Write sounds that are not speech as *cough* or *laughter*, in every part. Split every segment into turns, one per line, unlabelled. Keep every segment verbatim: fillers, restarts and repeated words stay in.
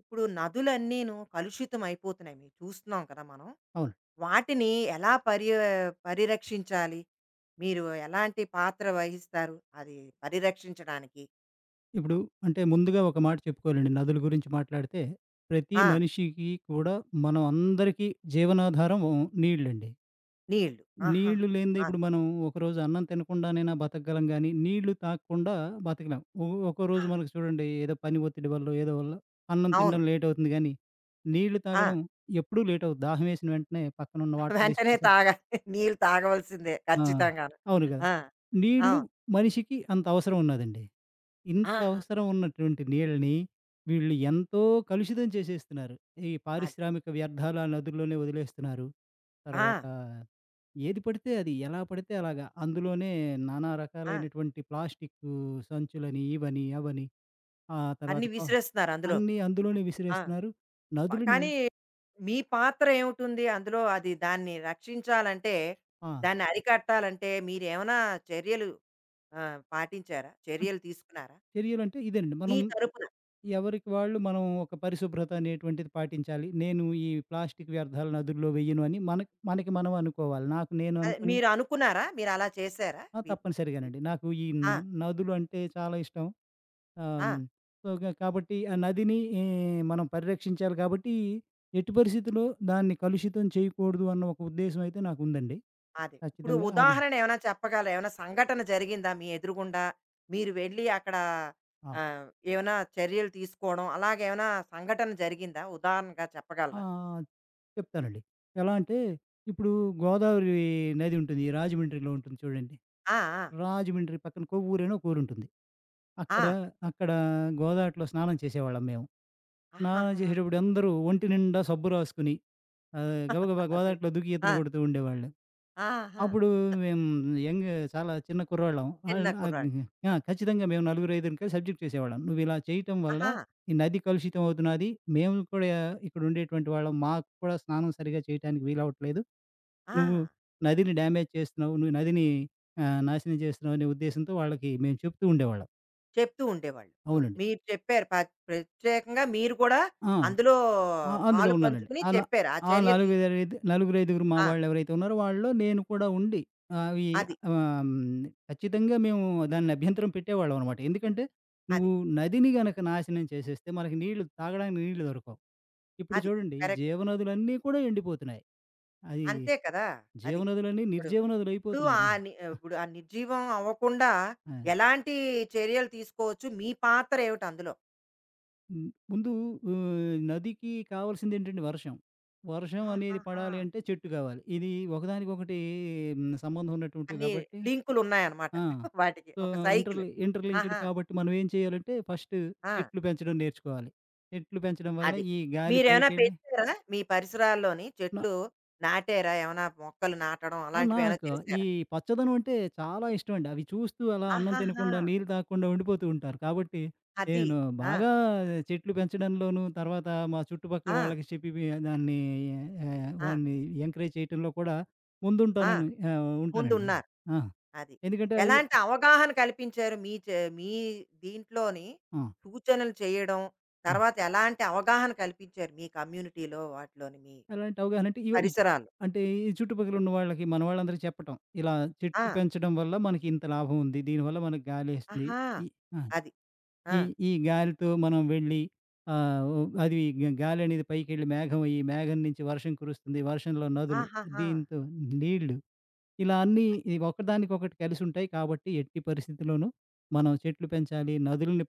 ఇప్పుడు నదులన్నీను కలుషితం అయిపోతున్నాయి. మేము చూస్తున్నాం కదా మనం.
అవును.
వాటిని ఎలా పర్య పరిరక్షించాలి? మీరు ఎలాంటి పాత్ర వహిస్తారు? అది పరిరక్షించడానికి?
ఇప్పుడు అంటే ముందుగా ఒక మాట చెప్పుకోవాలండి. నదుల గురించి మాట్లాడితే ప్రతి
ఆ!
మనిషికి కూడా మనం అందరికీ జీవనాధారం నీళ్ళండి.
నీళ్ళు.
నీళ్లు
ఆహాహా!
లేనిదే
ఆ!
ఇప్పుడు మనం ఒకరోజు అన్నం తినకుండానైనా బతకగలం గానీ, నీళ్లు తాగకుండా బతకలేం. ఒ ఒక్కో
ఆ!
రోజు మనకు చూడండి ఏదో పని ఒత్తిడి వల్లో, ఏదో వల్లో అన్నం
అవును.
తినడం లేట్ అవుతుంది గానీ, నీళ్లు
ఆ!
తాగడం ఎప్పుడూ లేట్ అవ్వదు. దాహం వేసిన వెంటనే పక్కనున్న
*laughs*
వాటర్
వెంటనే
డిస్పెన్సర్.
తాగాలి. నీళ్ళు తాగవలసిందే
ఆ!
ఖచ్చితంగాను.
అవును గదా!
ఆ!
నీళ్లు
అవును.
మనిషికి అంత అవసరం ఉన్నాదండి. ఇంత
ఆహా!
అవసరం ఉన్నటువంటి నీళ్ళని వీళ్ళు ఎంతో కలుషితం చేసేస్తున్నారు. ఈ
అది.
పారిశ్రామిక వ్యర్థాలు ఆ నదుల్లోనే వదిలేస్తున్నారు.
ఆ!
తర్వాత ఏది పడితే అది, ఎలా పడితే అలాగా. అందులోనే నానా
ఆ!
రకాలైనటువంటి ప్లాస్టిక్కు సంచులని, ఇవని, అవని. ఆ
అన్నీ
తర్వాత ప
విసిరేస్తున్నారు అందులోకి.
అన్నీ అందులోనే
ఆ!
విసిరేస్తున్నారు.
మ
నదులని.
కానీ మీ పాత్ర ఏమిటుంది అందులో? అది దాన్ని రక్షించాలంటే,
ఆ!
దాన్ని అరికట్టాలంటే మీరేమైనా చర్యలు ఆహ్, పాటించారా?
అంటే
చర్యలు తీసుకున్నారా?
చర్యలంటే ఇదేనండి.
మీ
మనం
తరపున.
ఎవరికి వాళ్ళు మనం ఒక పరిశుభ్రత అనేటువంటిది పాటించాలి. నేను ఈ ప్లాస్టిక్ వ్యర్థాలు నదుల్లో వేయను అని మనకి మనకి మనం అనుకోవాలి. నాకు నేను
అదే
అనుకుని.
మీరనుకున్నారా? మీరలా చేశారా?
ఆ!
మీ మీ-
తప్పనిసరిగానండి. నాకు ఈ
ఆ!
న నదులు అంటే చాలా ఇష్టం. ఆహ్,
ఆ!
హ్మ్. సో, క కాబట్టి ఆ నదిని ఈ మనం పరిరక్షించాలి కాబట్టి ఎట్టి పరిస్థితిలో దాన్ని కలుషితం చేయకూడదు అన్న ఒక ఉద్దేశ్యం అయితే నాకుందండి.
అదే. ఇప్పుడు
ఖచ్చితంగా అది.
ఉదాహరణ ఏమైనా చెప్పగలరా? ఏమైనా సంఘటన జరిగిందా మీ ఎదురుగుండా? మీరు వెళ్లి అక్కడ
ఆ!
ఆహ్, ఏమైనా చర్యలు తీసుకోవడం అలాగేమైనా సంఘటన జరిగిందా? ఉదాహరణగా
ఆ!
చెప్పగలరా?
చెప్తానండి. ఎలా అంటే ఇప్పుడు గోదావరి నది ఉంటుంది. రాజమండ్రిలో ఉంటుంది చూడండి.
ఆ! ఆ!
రాజమండ్రి పక్కన కొవ్వూరు అని ఒక ఊరుంటుంది.
ఆ!
అక్కడ అక్కడ గోదావరిలో స్నానం చేసేవాళ్ళం మేము. స్నానం
ఆహాహా!
చేసేటప్పుడు అందరూ ఒంటి నిండా సబ్బు రాసుకొని ఆహ్, గబగబా
అదే.
గోదావరిలో దూకి ఈతలు
ఆ!
కొడుతూ ఉండేవాళ్ళు.
ఆహా!
అప్పుడు మేము యంగ్ చాలా చిన్న కుర్రోళ్ళం. ఆహ్,
చిన్న
ఆహ్,
కుర్రాళ్ళు.
ఆ!
అది.
ఖచ్చితంగా మేము నలుగురు, ఐదుగురం కలిసి సబ్జెక్ట్ చేసేవాళ్ళం. నువ్విలా చేయటం వల్ల
ఆహా!
ఈ నది కలుషితం అవుతున్నది. మేము కూడా ఇక్కడ ఉండేటువంటి వాళ్ళం. మాకు కూడా స్నానం సరిగ్గా చేయటానికి వీలవ్వట్లేదు. నువ్వు
ఆ!
నదిని డ్యామేజ్ చేస్తున్నావు. నువ్వు నదిని ఆహ్, నాశనం చేస్తున్నావు అనే ఉద్దేశంతో వాళ్ళకి మేము చెప్తూ ఉండేవాళ్ళం.
చెప్తూ ఉండేవాళ్ళు. నువ్వు
అవునండి.
మీరు చెప్పారు. ప ప్రత్యేకంగా మీరు కూడా
ఆ!
అందులో
ఆ! అందులో
పాలు
ఉన్నానండి.
పంచుకుని
ఆ! న
చెప్పారు. ఆ
ఆ
చర్య తీసుకున్నారు.
నలుగురైదు నలుగురైదుగురు మా
ఆ!
వాళ్ళెవరైతే ఉన్నారో వాళ్ళలో నేను కూడా ఉండి అవి
అది.
ఆహ్, హ్మ్, ఖచ్చితంగా మేము దాన్ని అభ్యంతరం పెట్టేవాళ్ళమనమాట. ఎందుకంటే,
అది.
నువ్వు నదిని గనక నాశనం చేసేస్తే మనకి నీళ్లు తాగడానికి నీళ్లు దొరకవు. ఇప్పుడు
అది.
చూడండి
కరెక్ట్.
జీవనదులన్నీ కూడా ఎండిపోతున్నాయి. అది
అంతే కదా! అది.
జీవనదులన్నీ
ఇప్పుడు ఇప్పుడు
నిర్జీవనదులయిపోతున్నాయి.
ఆ
రా.
ని ఇప్పుడు ఆ నిర్జీవం అవ్వకుండా
ఆ!
ఎలాంటి చర్యలు తీసుకోవచ్చు? మీ పాత్ర ఏమిటి అందులో?
హ్మ్. ముందు ఆహ్, నదికి కావాల్సింది ఏంటంటే వర్షం. వర్షం అనేది
ఆహాహా!
పడాలి అంటే చెట్టు కావాలి. ఇది ఒకదానికొకటి హ్మ్. సంబంధం ఉన్నటువంటివి
అన్ని
కాబట్టి.
లింకులున్నాయన్నమాట
ఆ!
*laughs* వాటికి.
సో,
ఒక సైకిల్.
ఇంటర్‌లి ఇంటర్‌లింక్డ్
ఆహా!
కాబట్టి మనం ఏం చేయాలంటే ఫస్ట్
ఆ!
చెట్లు పెంచడం నేర్చుకోవాలి. చెట్లు పెంచడం వల్ల
అది.
ఈ గాలి
మీరేమైనా
పైకెళ్ళి.
పెంచారా? మీ పరిసరాల్లోని
న
చెట్లు నాటారా? ఏమైనా మొక్కలు నాటడం
ఆ!
అలాంటివేమైనా
నాకు ఈ
చేశారా?
పచ్చదనం అంటే చాలా ఇష్టమండి. అవి చూస్తూ అలా అన్నం
ఆహాహా!
తినకుండా, నీళ్ళు తాగకుండా ఉండిపోతూ ఉంటారు. కాబట్టి
అది.
నేను
ఆ!
బాగా చెట్లు పెంచడంలోను, తర్వాత మా చుట్టుపక్కల
ఆ!
వాళ్ళకి చెప్పి వి దాన్ని ఆహ్,
ఆ!
వాడిని ఎంకరేజ్ చేయటంలో కూడా
ఆ!
ముందుంటానను ఆహ్, ఉంటానండి.
ముందున్నారు.
ఆ!
అది.
ఎందుకంటే అది.
ఎలాంటి అవగాహన కల్పించారు? మీ చే మీ దీంట్లోని
ఆ!
సూచనలు చేయడం,
హ్మ్.
తర్వాత ఎలాంటి అవగాహన కల్పించారు మీ కమ్యూనిటీలో వాటిలోని మీ
ఎలాంటి అవగాహన అంటే ఇగో ఇచ్
పరిసరాల్లో?
అంటే ఈ చుట్టుపక్కల ఉన్న వాళ్ళకి, మన వాళ్ళందరికీ చెప్పటం. ఇలా
ఆ!
చెట్లు పెంచడం వల్ల మనకి ఇంత లాభం ఉంది. దీనివల్ల మనకు గాలేస్తుంది.
ఆహా!
ఈ. ఆ!
అది. ఆ!
ఈ ఈ గాలితో మనం వెళ్ళి ఆహ్, ఓ అది గ గాలనేది పైకెళ్ళి మేఘం అయ్యి, మేఘం నుంచి వర్షం కురుస్తుంది. వర్షంలో నదులు,
ఆహాహా!
దీంతో నీళ్ళు ఇలా అన్నీ ఇవి ఒకదానికొకటి కలిసుంటాయి కాబట్టి ఎట్టి పరిస్థితిలోనూ మనం చెట్లు పెంచాలి, నదులని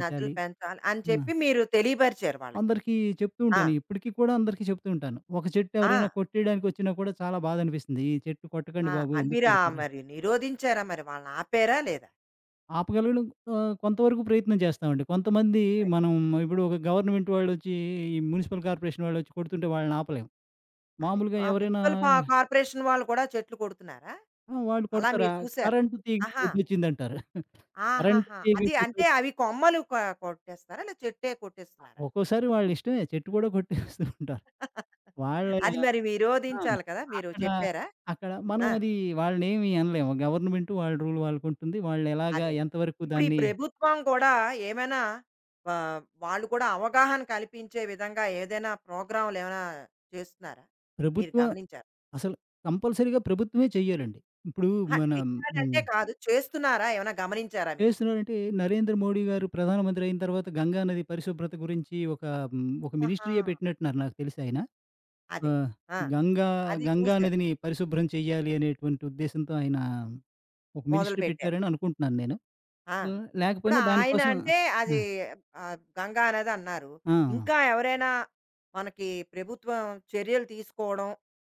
నదులు పెంచాలి అని
ఆ!
చెప్పి మీరు తెలియపరిచారు వాళ్ళకి.
అందరికీ చెప్తూ
ఆ!
ఉంటాను. ఇప్పటికి కూడా అందరికీ చెప్తూ ఉంటాను. ఒక చెట్టు
ఆ!
ఎవరైనా కొట్టేయడానికొచ్చినా కూడా చాలా బాధనిపిస్తుంది. ఈ చెట్టు
ఆ!
కొట్టకండి బాబు
అది
ఎందుకు
మీరు ఆహ్,
కొడతారని.
మరి నిరోధించారా మరి? వాళ్ళని ఆపారా లేదా?
ఆపగలగడం ఆహ్, కొంతవరకు ప్రయత్నం చేస్తామండి. కొంతమంది
అదే.
మనం ఇప్పుడు ఒక గవర్నమెంట్ వాళ్ళొచ్చి, ఈ మున్సిపల్ కార్పొరేషన్ వాళ్ళొచ్చి కొడుతుంటే వాళ్ళని ఆపలేం.
అదే.
మామూలుగా
ఆ
ఎవరైనా.
మున్సిపల్ పా కార్పొరేషన్ వాళ్ళు కూడా చెట్లు కొడుతున్నారా?
ఆ! వాళ్ళు
అలా
కొడతారా?
మీరు చూసారు.
కరెంటు తీగ
ఆహా!
కొట్టొచ్చిందంటారు. కరెంటు
ఆహాహా!
తీగ
అది అంటే
కొట్టొచ్చి
అవి కొమ్మలు క కొట్టేస్తారా? లేదా చెట్టే కొట్టేస్తున్నారా?
ఒక్కోసారి వాళ్ళిష్టమే చెట్టు కూడా కొట్టేస్తూ ఉంటారు. వాళ్ళ.
అది మరి
ఆ!
విరోధించాలి కదా! మీరు
అక్కడ,
చెప్పారా?
అక్కడ మనం
ఆ!
అది వాళ్ళనేమి అనలేము. గవర్నమెంట్ వాళ్ళ రూల్ వాళ్ళకుంటుంది. వాళ్ళెలాగా
అదే. అదే.
ఎంతవరకు
ఇప్పుడు ఈ
దాన్ని
ప్రభుత్వం కూడా ఏమైనా ఆహ్, వాళ్ళు కూడా అవగాహన కల్పించే విధంగా ఏదైనా ప్రోగ్రామ్‌లు ఏమైనా చేస్తున్నారా? మీరు
ప్రభుత్వం
గమనించారా?
అసలు కంపల్సరీగా ప్రభుత్వమే చెయ్యాలండి. ఇప్పుడు
అహా!
మనం హ్మ్.
చెయ్యాలంటే కాదు. చేస్తున్నారా? ఏమైనా గమనించారా మీరు?
చేస్తున్నారంటే నరేంద్ర మోడీ గారు ప్రధానమంత్రి అయిన తర్వాత గంగా నది పరిశుభ్రత గురించి ఒక హ్మ్, ఒక
ఆహా!
మినిస్ట్రీయే పెట్టినట్టున్నారు నాకు తెలిసి ఆయన.
అదే.
ఆహ్,
ఆ!
గంగా
అది
గంగా
చూసారు.
నదిని పరిశుభ్రం చేయాలి అనేటువంటి ఉద్దేశంతో ఆయన ఒక మినిస్ట్రీ
మొదలుపెట్టారు.
పెట్టారని అనుకుంటున్నాను నేను.
ఆ!
ఆహ్,
ఇప్పుడు
లేకపోయినా
ఆయన
దానికోసం.
అంటే
ఆ!
అది ఆహ్, గంగా నది అన్నారు.
ఆ!
ఇంకా ఎవరైనా మనకి ప్రభుత్వం చర్యలు తీసుకోవడం,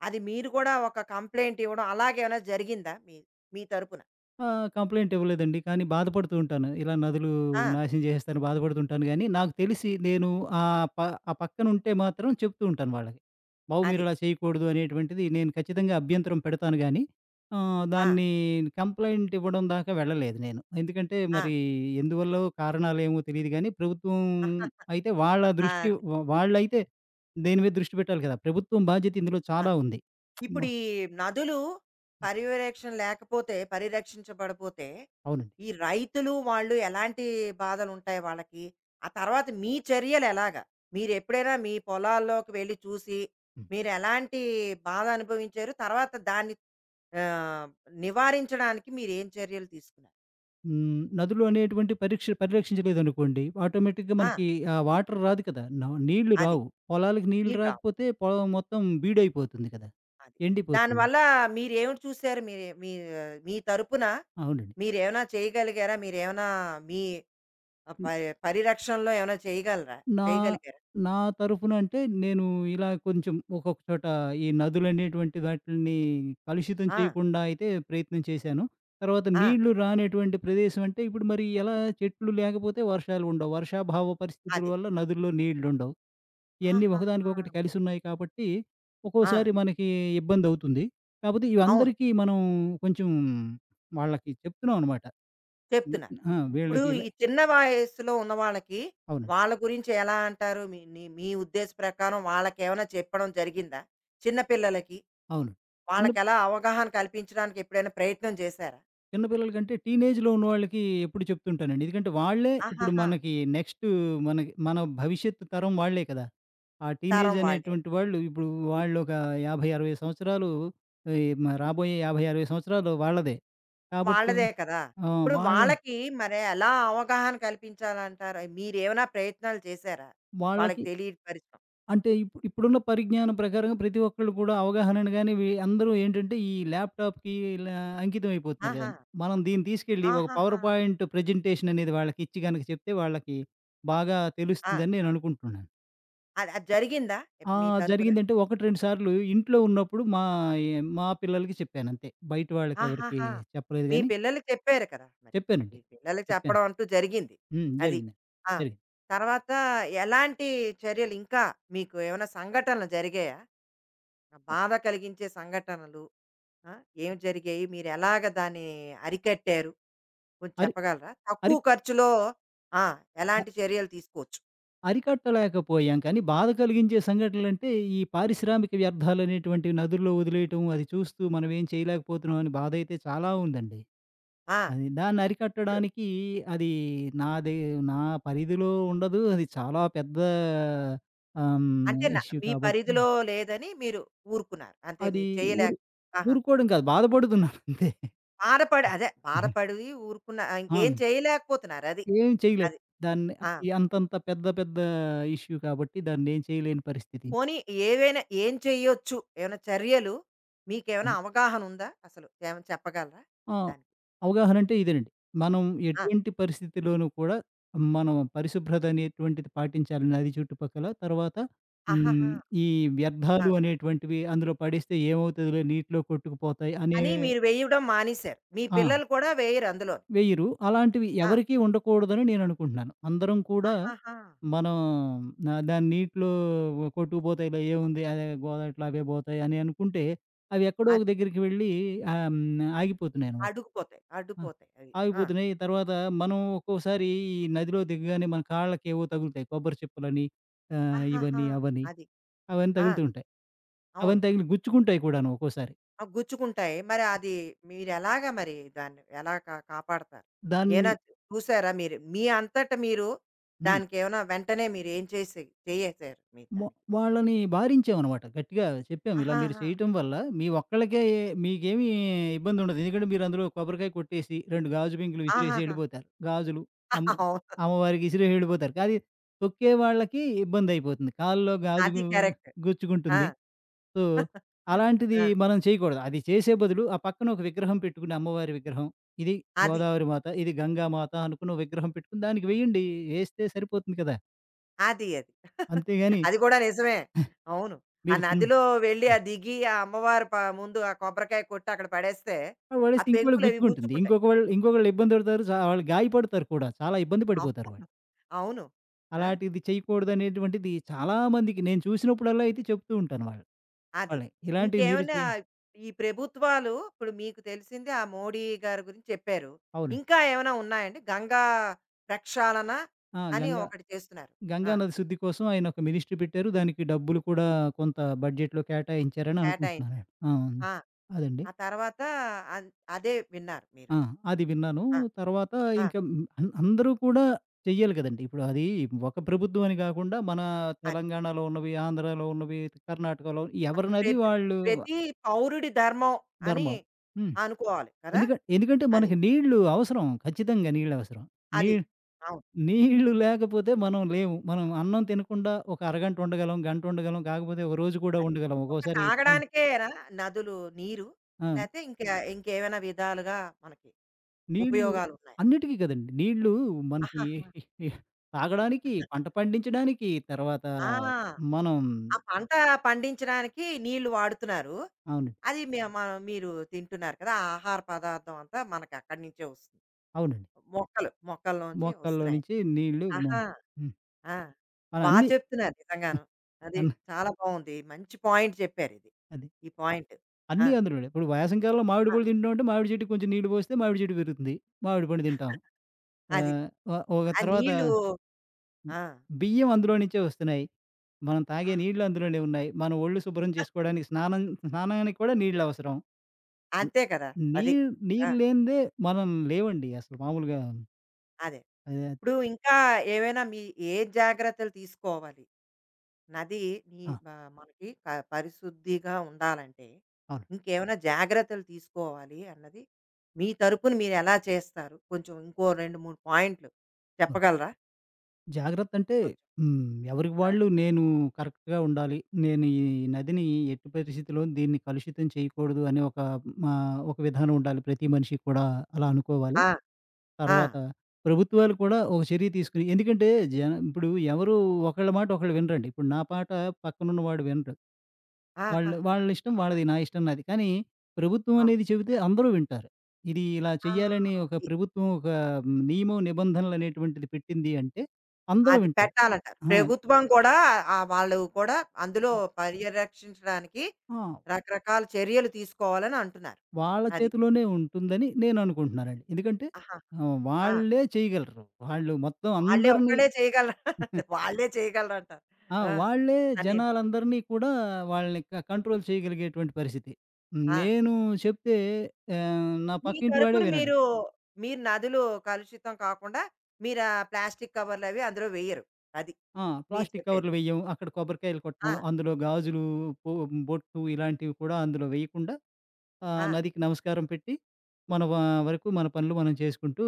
అది మీరు కూడా ఒక కంప్లెయింట్ ఇవ్వడం అలాగేమైనా జరిగిందా మీ మీ తరపున?
ఆ! కంప్లెయింట్ ఇవ్వలేదండి. కానీ బాధపడుతూ ఉంటాను. ఇలా నదులు
ఆ!
నాశనం చేసేస్తారని బాధపడుతుంటాను గానీ, నాకు తెలిసి నేను ఆహ్, ప ఆ పక్కనుంటే మాత్రం చెప్తూ ఉంటాను వాళ్ళకి. బాబు
అది.
మీరిలా చేయకూడదు అనేటువంటిది నేను ఖచ్చితంగా అభ్యంతరం పెడతాను గానీ, ఆహ్,
ఆ!
దాన్ని కంప్లెయింట్ ఇవ్వడం దాకా వెళ్ళలేదు నేను. ఎందుకంటే
ఆ!
మరి ఎందువల్లో కారణాలేమో తెలీదు గానీ, ప్రభుత్వం అయితే వాళ్ళ
*laughs*
దృష్టి
అది.
వ వాళ్ళైతే దీని మీద దృష్టి పెట్టాలి కదా! ప్రభుత్వం బాధ్యత ఇందులో
ఆ!
చాలా ఉంది. వ
ఇప్పుడు ఈ నదులు పర్యవేక్షణ లేకపోతే పరిరక్షించబడిపోతే
అవునండి.
ఈ రైతులు వాళ్ళు ఎలాంటి బాధలు ఉంటాయి వాళ్ళకి? ఆ తర్వాత మీ చర్యలు ఎలాగా? మీరు ఎప్పుడైనా మీ పొలాల్లోకి వెళ్లి చూసి
హ్మ్.
మీరు ఎలాంటి బాధ అనుభవించారు? తర్వాత దాన్ని ఆహ్, నివారించడానికి మీరు ఏం చర్యలు తీసుకున్నారు?
హ్మ్. నదులు అనేటువంటి పరీక్ష పరిరక్షించలేదనుకోండి, ఆటోమేటిక్‌గా
ఆ!
మనకి ఆ వాటర్ రాదు కదా! న నీళ్లు
అది.
రావు. పొలాలకి నీళ్లు
నీళ్ళు రావు.
రాకపోతే పొలం మొత్తం బీడైపోతుంది కదా!
అది.
ఎండిపోతుంది.
దానివల్ల మీరేమి చూసారు? మీరే మీ మీ తరపున
అవునండి.
మీరేమైనా చేయగలిగారా? మీరేమైనా మీ ఆ
హ్మ్.
పరి పరిరక్షణలో ఏమైనా చేయగలరా?
నా
చేయగలిగారా?
నా తరఫున అంటే నేను ఇలా కొంచెం ఒక్కొక్క చోట ఈ నదులనేటువంటి వాటిల్ని కలుషితం
ఆ!
చేయకుండా అయితే ప్రయత్నం చేశాను. తర్వాత
ఆ!
నీళ్లు రానటువంటి ప్రదేశం అంటే ఇప్పుడు మరి ఎలా చెట్లు లేకపోతే వర్షాలు ఉండవు. వర్షాభావ పరిస్థితుల
అది.
వల్ల నదుల్లో నీళ్లుండవు. ఇయన్నీ
ఆహాహా!
ఒకదానికొకటి కలిసున్నాయి కాబట్టి,
ఆ!
ఒక్కోసారి మనకి ఇబ్బందవుతుంది. కాపోతే
అవును.
ఇవందరికీ మనం కొంచెం వాళ్ళకి చెప్తున్నాం అనమాట. హ్మ్.
చెప్తున్నారు.
ఆ!
ఇప్పుడు
వీళ్ళకి ఇలా
ఈ చిన్న వయస్సులో ఉన్న వాళ్ళకి,
అవునండి.
వాళ్ళ గురించి ఎలా అంటారు? మీ నీ మీ ఉద్దేశ ప్రకారం వాళ్ళకేమైనా చెప్పడం జరిగిందా? చిన్న పిల్లలకి,
అవును. చిన్న
వాళ్ళకెలా అవగాహన కల్పించడానికి ఎప్పుడైనా ప్రయత్నం చేశారా?
చిన్న పిల్లల కంటే టీనేజ్‌లో ఉన్నవాళ్ళకి ఎప్పుడు చెప్తుంటానండి. ఎందుకంటే వాళ్ళే ఇప్పుడు
ఆహాహా!
మనకి నెక్స్ట్ మనకి మన భవిష్యత్తు తరం వాళ్ళే కదా! ఆ టీనేజ్
తరం వాళ్ళే.
అనేటువంటి వాళ్ళు ఇప్పుడు వాళ్ళొక యాభై, అరవై సంవత్సరాలు ఈ మ రాబోయే యాభై, అరవై సంవత్సరాలు వాళ్ళదే. కాబట్టి
వాళ్ళదే కదా!
ఆ!
ఇప్పుడు
వాళ్ళ
వాళ్ళకి మరి ఎలా అవగాహన కల్పించాలంటారు? మీరేమైనా ప్రయత్నాలు చేశారా? వాళ్ళకి
వాళ్ళకి
తెలియపరచడం.
అంటే ఇప్పుడు ఇప్పుడున్న పరిజ్ఞానం ప్రకారంగా ప్రతి ఒక్కళ్ళు కూడా అవగాహనను గాని, వి అందరూ ఏంటంటే ఈ ల్యాప్‌టాప్‌కి ఇలా అంకితం అయిపోతున్నారు
ఆహా!
గదండీ. మనం దీన్ని తీసుకెళ్ళి ఒక పవర్
ఆహాహా!
పాయింట్ ప్రెజెంటేషన్ అనేది వాళ్ళకిచ్చి గనక చెప్తే వాళ్ళకి బాగా
ఆ!
తెలుస్తుందని నేననుకుంటున్నాను.
అది అది జరిగిందా?
ఆ!
మీ తరపున?
జరిగిందంటే ఒకటి, రెండు సార్లు ఇంట్లో ఉన్నప్పుడు మా ఎ మా పిల్లలకి చెప్పానంతే. బయట వాళ్ళకెవరికీ
ఆహాహా!
చెప్పలేదు
మీ
గానీ
పిల్లలకి చెప్పారు కదా! మరి
చెప్పానండి.
మీ పిల్లలకి
చెప్పాను.
చెప్పడం అంటూ జరిగింది.
హ్మ్.
అది.
జరిగిందండి.
ఆ!
జరిగింది.
తర్వాత ఎలాంటి చర్యలు ఇంకా మీకు ఏమైనా సంఘటనలు జరిగాయా? బాధ కలిగించే సంఘటనలు ఆ! ఏం జరిగాయి? మీరెలాగ దాన్ని అరికట్టారు? కొంచెం
అరి
చెప్పగలరా?
అరి
తక్కువ ఖర్చులో ఆ! ఎలాంటి చర్యలు తీసుకోవచ్చు?
అరికట్టలేకపోయాం. కానీ బాధ కలిగించే సంఘటనలంటే, ఈ పారిశ్రామిక వ్యర్థాలనేటువంటివి నదుల్లో వదిలేయటం, అది చూస్తూ మనం ఏం చేయలేకపోతున్నాం అని బాధైతే చాలా ఉందండి.
ఆ!
అది దాన్ని
ఇప్పుడు
అరికట్టడానికి అది నాది నా పరిధిలో ఉండదు. అది చాలా పెద్ద ఆహ్,
అంటే
హ్మ్,
న
ఇష్యూ
మీ
కాబట్టి
పరిధిలో లేదని మీరు ఊరుకున్నారు. అంతే
అది
మీరు చేయలేక
ఊరు
ఆహా!
ఊరుకోవడం కాదు బాధపడుతున్నాను అంతే.
బాధపడి అదే బాధపడి ఊరుకున్న
ఆ!
ఇంకేం చేయలేకపోతున్నారు. అది.
ఏం చేయలేం.
అది.
దాన్ని
ఆ!
అది అంతంత పెద్ద పెద్ద ఇష్యూ కాబట్టి దాన్నేం చేయలేని పరిస్థితి.
పోనీ ఏవైనా ఏం చేయొచ్చు? ఏమైనా చర్యలు మీకేమైనా అవగాహన ఉందా? అసలు ఏమైనా చెప్పగలరా?
ఆ!
దానికి.
అవగాహన అంటే ఇదేనండి. మనం
ఆ!
ఎటువంటి పరిస్థితిలోనూ కూడా మనం పరిశుభ్రత అనేటువంటిది పాటించాలి నది చుట్టుపక్కల. తర్వాత
ఆహాహా!
హ్మ్. ఈ
ఆ!
వ్యర్థాలు అనేటువంటివి అందులో పడేస్తే ఏమవుతదిలే నీటిలో కొట్టుకుపోతాయి అనే.
అని మీరు వేయడం మానేశారు. మీ
ఆ!
పిల్లలు కూడా వేయరు అందులో.
వెయ్యరు. అలాంటివి
ఆ!
ఎవరికీ ఉండకూడదని నేను అనుకుంటున్నాను. అందరం కూడా
ఆహాహా!
మనం నా దాన్ని నీటిలో కొట్టుకుపోతాయిలే ఏముంది అదే గోదావరిలో అవే పోతాయి అని అనుకుంటే అవి ఎక్కడో ఒక
అది.
దగ్గరికి వెళ్ళి ఆహ్, హ్మ్. ఆగిపోతున్నాయనమాట.
అడుగుపోతాయి.
ఆ!
అడ్డుపోతాయి అవి. ఆ!
ఆగిపోతున్నాయి. తర్వాత మనం ఒక్కోసారి ఈ నదిలో దిగగానే మన కాళ్ళకేవో తగులుతాయి. కొబ్బరి చిప్పలని ఆహ్,
ఆహాహా!
ఇవని, అవని.
అది.
అవన్నీ
ఆ!
తగులుతూ ఉంటాయి.
అవును.
అవన్నీ తగిలి గుచ్చుకుంటాయి కూడాను ఒక్కోసారి.
ఆ! గుచ్చుకుంటాయి. మరి అది మీరెలాగా మరి దాన్ని ఎలా కా కాపాడతారు? ఏనా
దాన్ని
చూసారా మీరు? మీ అంతట మీరు
హ్మ్.
దానికేమైనా వెంటనే మీరేం చేసి చేసేసారు మీరు
మొ
దానికి?
వాళ్ళని వారించామనమాట. గట్టిగా చెప్పాము. ఇలా మీరు
ఆహాహా!
చేయటం వల్ల మీ ఒక్కళ్ళకే మీకేమీ ఇబ్బందుండదు. ఎందుకంటే మీరు అందులో కొబ్బరికాయ కొట్టేసి రెండు గాజు బింకులు విసిరేసి
ఆహాహా!
ఎళ్ళిపోతారు. గాజులు అమ్మ
అవును.
అమ్మవారికి విసిరేసి ఎళ్ళిపోతారు. కానీ తొక్కే వాళ్ళకి ఇబ్బందయిపోతుంది. కాల్లో గాజు
అది
గు
కరెక్ట్. ఆ!
గుచ్చుకుంటుంది. సో, అలాంటిది
ఆ!
మనం చేయకూడదు. అది చేసే బదులు ఆ పక్కన ఒక విగ్రహం పెట్టుకుని అమ్మవారి విగ్రహం. ఇది
అది.
గోదావరి మాత, ఇది గంగా మాత అనుకుని ఓ విగ్రహం పెట్టుకుని దానికి వేయండి. వేస్తే సరిపోతుంది కదా!
అది. అది.
అంతేగాని
అది కూడా నిజమే. అవును. ఆ
మీరు తిన్
నదిలో వెళ్లి ఆ దిగి ఆ అమ్మవారి ప ముందు ఆ కొబ్బరికాయ కొట్టి అక్కడ పడేస్తే
ఆ!
ఆ
పడేస్తే ఇంకోళ్ళకి
పెంకులవి
గుచ్చుకుంటుంది.
గుచ్చుకుంటాయి.
ఇంకొక వాళ్ళు ఇంకొకళ్ళు ఇబ్బంది పడతారు. చా వాళ్ళు గాయపడతారు కూడా. చాలా ఇబ్బంది పడిపోతారు
అవును.
వాళ్ళు.
అవును. ఆ!
అలాంటిది చేయకూడదనేటువంటిది చాలా మందికి నేను చూసినప్పుడల్లా అయితే చెప్తూ ఉంటాను వాళ్ళ
అది.
వాళ్ళకి. ఇలాంటివి మీరు
ఇంకేమైనా
చేయ
ఈ ప్రభుత్వాలు ఇప్పుడు మీకు తెలిసింది ఆ మోడీ గారి గురించి చెప్పారు.
అవునండి.
ఇంకా ఏమైనా ఉన్నాయండి? గంగా ప్రక్షాళన
ఆ!
అని
గంగా
ఒకటి చేస్తున్నారు. ఆ!
గంగా నది శుద్ధి కోసం ఆయన ఒక మినిస్ట్రీ పెట్టారు. దానికి డబ్బులు కూడా కొంత బడ్జెట్‌లో కేటాయించారని అనుకుంటున్నాను.
కేటాయించారు.
ఆ!
ఆ!
అదండి.
ఆ తర్వాత అన్ అదే విన్నారు మీరు.
ఆ! అది
అది.
విన్నాను.
ఆ!
తర్వాత
ఆ!
ఇంకా అం అందరూ కూడా చెయ్యాలి కదండీ! ఇప్పుడు అది ఒక ప్రభుత్వం అని కాకుండా మన
అది.
తెలంగాణలో ఉన్నవి, ఆంధ్రాలో ఉన్నవి, కర్ణాటకలో
అందు
ఎవరి నది
ప్రతి
వాళ్ళు
ప్రతి పౌరుడి ధర్మం అని
ధర్మం. హ్మ్.
అనుకోవాలి కదా!
ఎందుక ఎందుకంటే
అది.
మనకి నీళ్ళు అవసరం. ఖచ్చితంగా నీళ్ళు అవసరం. నీ
అది. అవును.
నీళ్ళు లేకపోతే మనం లేము. మనం అన్నం తినకుండా ఒక అరగంట ఉండగలం, గంట ఉండగలం. కాకపోతే ఒక రోజు కూడా
అదే.
ఉండగలం.
ఒక
ఒక్కోసారి పని.
తాగడానికేనా నదులు నీరు?
ఆ!
లేతే ఇంకా ఇంకేమైనా విధాలుగా మనకి
నీళ్ళు
ఉపయోగాలున్నాయి.
అన్నిటికీ కదండీ. నీళ్ళు మనకి
ఆహాహా!
తాగడానికి, పంట పండించడానికి, తర్వాత
ఆ!
మనం
ఆ పంట పండించడానికి నీళ్ళు వాడుతున్నారు.
అవును.
అది మే మనం మీరు తింటున్నారు కదా! ఆ ఆహార పదార్థం అంతా మనకక్కడి నుంచే వస్తుంది.
అవునండి.
మొక్కలు, మొక్కల్లోంచి
మొక్కల్లో
వస్తున్నాయి.
నుంచి నీళ్ళు మ
ఆహా!
హ్మ్.
ఆ!
మనం
బా
అన్నీ
చెప్తున్నారు నిజంగాను. అది
అన్
చాలా బావుంది. మంచి పాయింట్ చెప్పారిది.
అది.
ఈ
అ
పాయింట్. ఆ!
అన్నీ అందులోనే. ఇప్పుడు వేసవి కాలంలో మామిడి
ఆ!
పళ్ళు తింటున్నామంటే మామిడి చెట్టుకి కొంచెం నీళ్ళు పోస్తే మామిడి చెట్టు పెరుగుతుంది. మామిడి పండు తింటాం.
అది.
ఆహ్, ఒ ఒక
ఆ
తర్వాత
నీళ్ళు
హ్మ్.
ఆ!
బియ్యం
హ్మ్.
అందులో నుంచే వస్తున్నాయి. మనం
ఆ!
తాగే నీళ్ళు అందులోనే ఉన్నాయి. మన ఒళ్ళు శుభ్రం చేసుకోవడానికి స్నానం స్నానానికి కూడా నీళ్ళవసరం. హ్మ్.
అంతే కదా!
నీ
అది. ఆ!
నీరు లేనిదే మనం లేవండి అసలు మామూలుగా
అదే.
అదే.
ఇప్పుడు ఇంకా ఏవైనా మీ ఏ జాగ్రత్తలు తీసుకోవాలి? నది నీ
ఆ!
ఆహ్, మనకి క పరిశుద్ధిగా ఉండాలంటే,
అవును.
ఇంకేమైనా జాగ్రత్తలు తీసుకోవాలి అన్నది, మీ తరపున మీరెలా చేస్తారు? కొంచెం ఇంకో రెండు, మూడు పాయింట్లు
అవును.
చెప్పగలరా?
జాగ్రత్తంటే
కొంచెం.
హ్మ్. ఎవరికి
ఆ!
వాళ్ళు నేను కరెక్ట్‌గా ఉండాలి. నేను ఈ నదిని ఎట్టి పరిస్థితిలోను దీన్ని కలుషితం చేయకూడదు అనే ఒక మా ఒక విధానం ఉండాలి. ప్రతి మనిషికి కూడా అలా అనుకోవాలి.
ఆ! ఆ!
తర్వాత ప్రభుత్వాలు కూడా ఒక చర్య తీసుకుని ఎందుకంటే జన ఇప్పుడు ఎవరు ఒకళ్ళ మాట ఒకళ్ళు వినరండి. ఇప్పుడు నా పాట పక్కనున్నవాడు వినడు. వాళ్ళు
ఆహాహా!
వాళ్ళ ఇష్టం వాళ్ళది, నా ఇష్టం నాది. కానీ ప్రభుత్వం
ఆ!
అనేది చెబితే అందరూ వింటారు. ఇది ఇలా
ఆ!
చేయాలని ఒక
అది.
ప్రభుత్వం ఒక మ్, నియమం, నిబంధనలు అనేటువంటిది పెట్టింది అంటే అందరూ
అది
వింటారు.
పెట్టాలంటారు.
ఆ!
ప్రభుత్వం కూడా ఆహ్, వాళ్ళు కూడా అందులో పర్యరక్షించడానికి
ఆ!
రకరకాల చర్యలు తీసుకోవాలని అంటున్నారు.
వాళ్ళ
అది.
చేతిలోనే ఉంటుందని నేననుకుంటున్నానండి. ఎందుకంటే
ఆహాహా!
ఆహ్,
ఆ!
వాళ్ళే చేయగలరు. వాళ్ళు మొత్తం
వాళ్ళే
అందరిని
ఒక్కళ్ళే చేయగలరు. *laughs* వాళ్ళే చేయగలరంటారు.
ఆ!
ఆ!
వాళ్ళే
అన్నీను.
జనాలందరినీ కూడా వాళ్ళని క కంట్రోల్ చేయగలిగేటువంటి పరిస్థితి.
ఆ!
నేను చెప్తే ఆహ్, నా
మీ
పక్కింటి వాడే
తరపున
వినడు.
మీరు, మీరు నదులు కలుషితం కాకుండా మీరా ప్లాస్టిక్ కవర్‌లవి అందులో వెయ్యరు. అది
ఆ!
మీరు
ప్లాస్టిక్
చెప్పేది.
కవర్లు వెయ్యం, అక్కడ కొబ్బరికాయలు కొట్టం,
ఆ!
అందులో గాజులు, బొ బొట్టు ఇలాంటివి కూడా అందులో వేయకుండా ఆహ్,
ఆ!
నదికి నమస్కారం పెట్టి మన వ వరకు మన పనులు మనం చేసుకుంటూ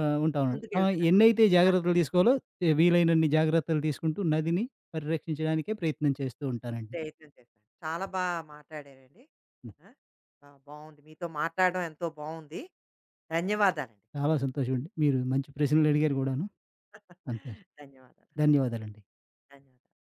ఆహ్, ఉంటాం. ఆహ్,
ముందుకెళ్తున్నారు.
ఎన్నైతే
ఆ!
జాగ్రత్తలు తీసుకోవాలో ఏ- వీలైనన్ని జాగ్రత్తలు తీసుకుంటూ నదిని పరిరక్షించడానికే ప్రయత్నం చేస్తూ ఉంటానండి.
ప్రయత్నం చేస్తారు. చాలా బా మాట్లాడారండి. ఆ! ఆ! బావుంది. మీతో మాట్లాడడం ఎంతో బావుంది. ధన్యవాదాలండి.
చాలా సంతోషమండి. మీరు మంచి ప్రశ్నలు అడిగారు గూడాను. అంతే.
ధన్యవాదాలు.
ధన్యవాదాలండి.
ధన్యవాదాలు.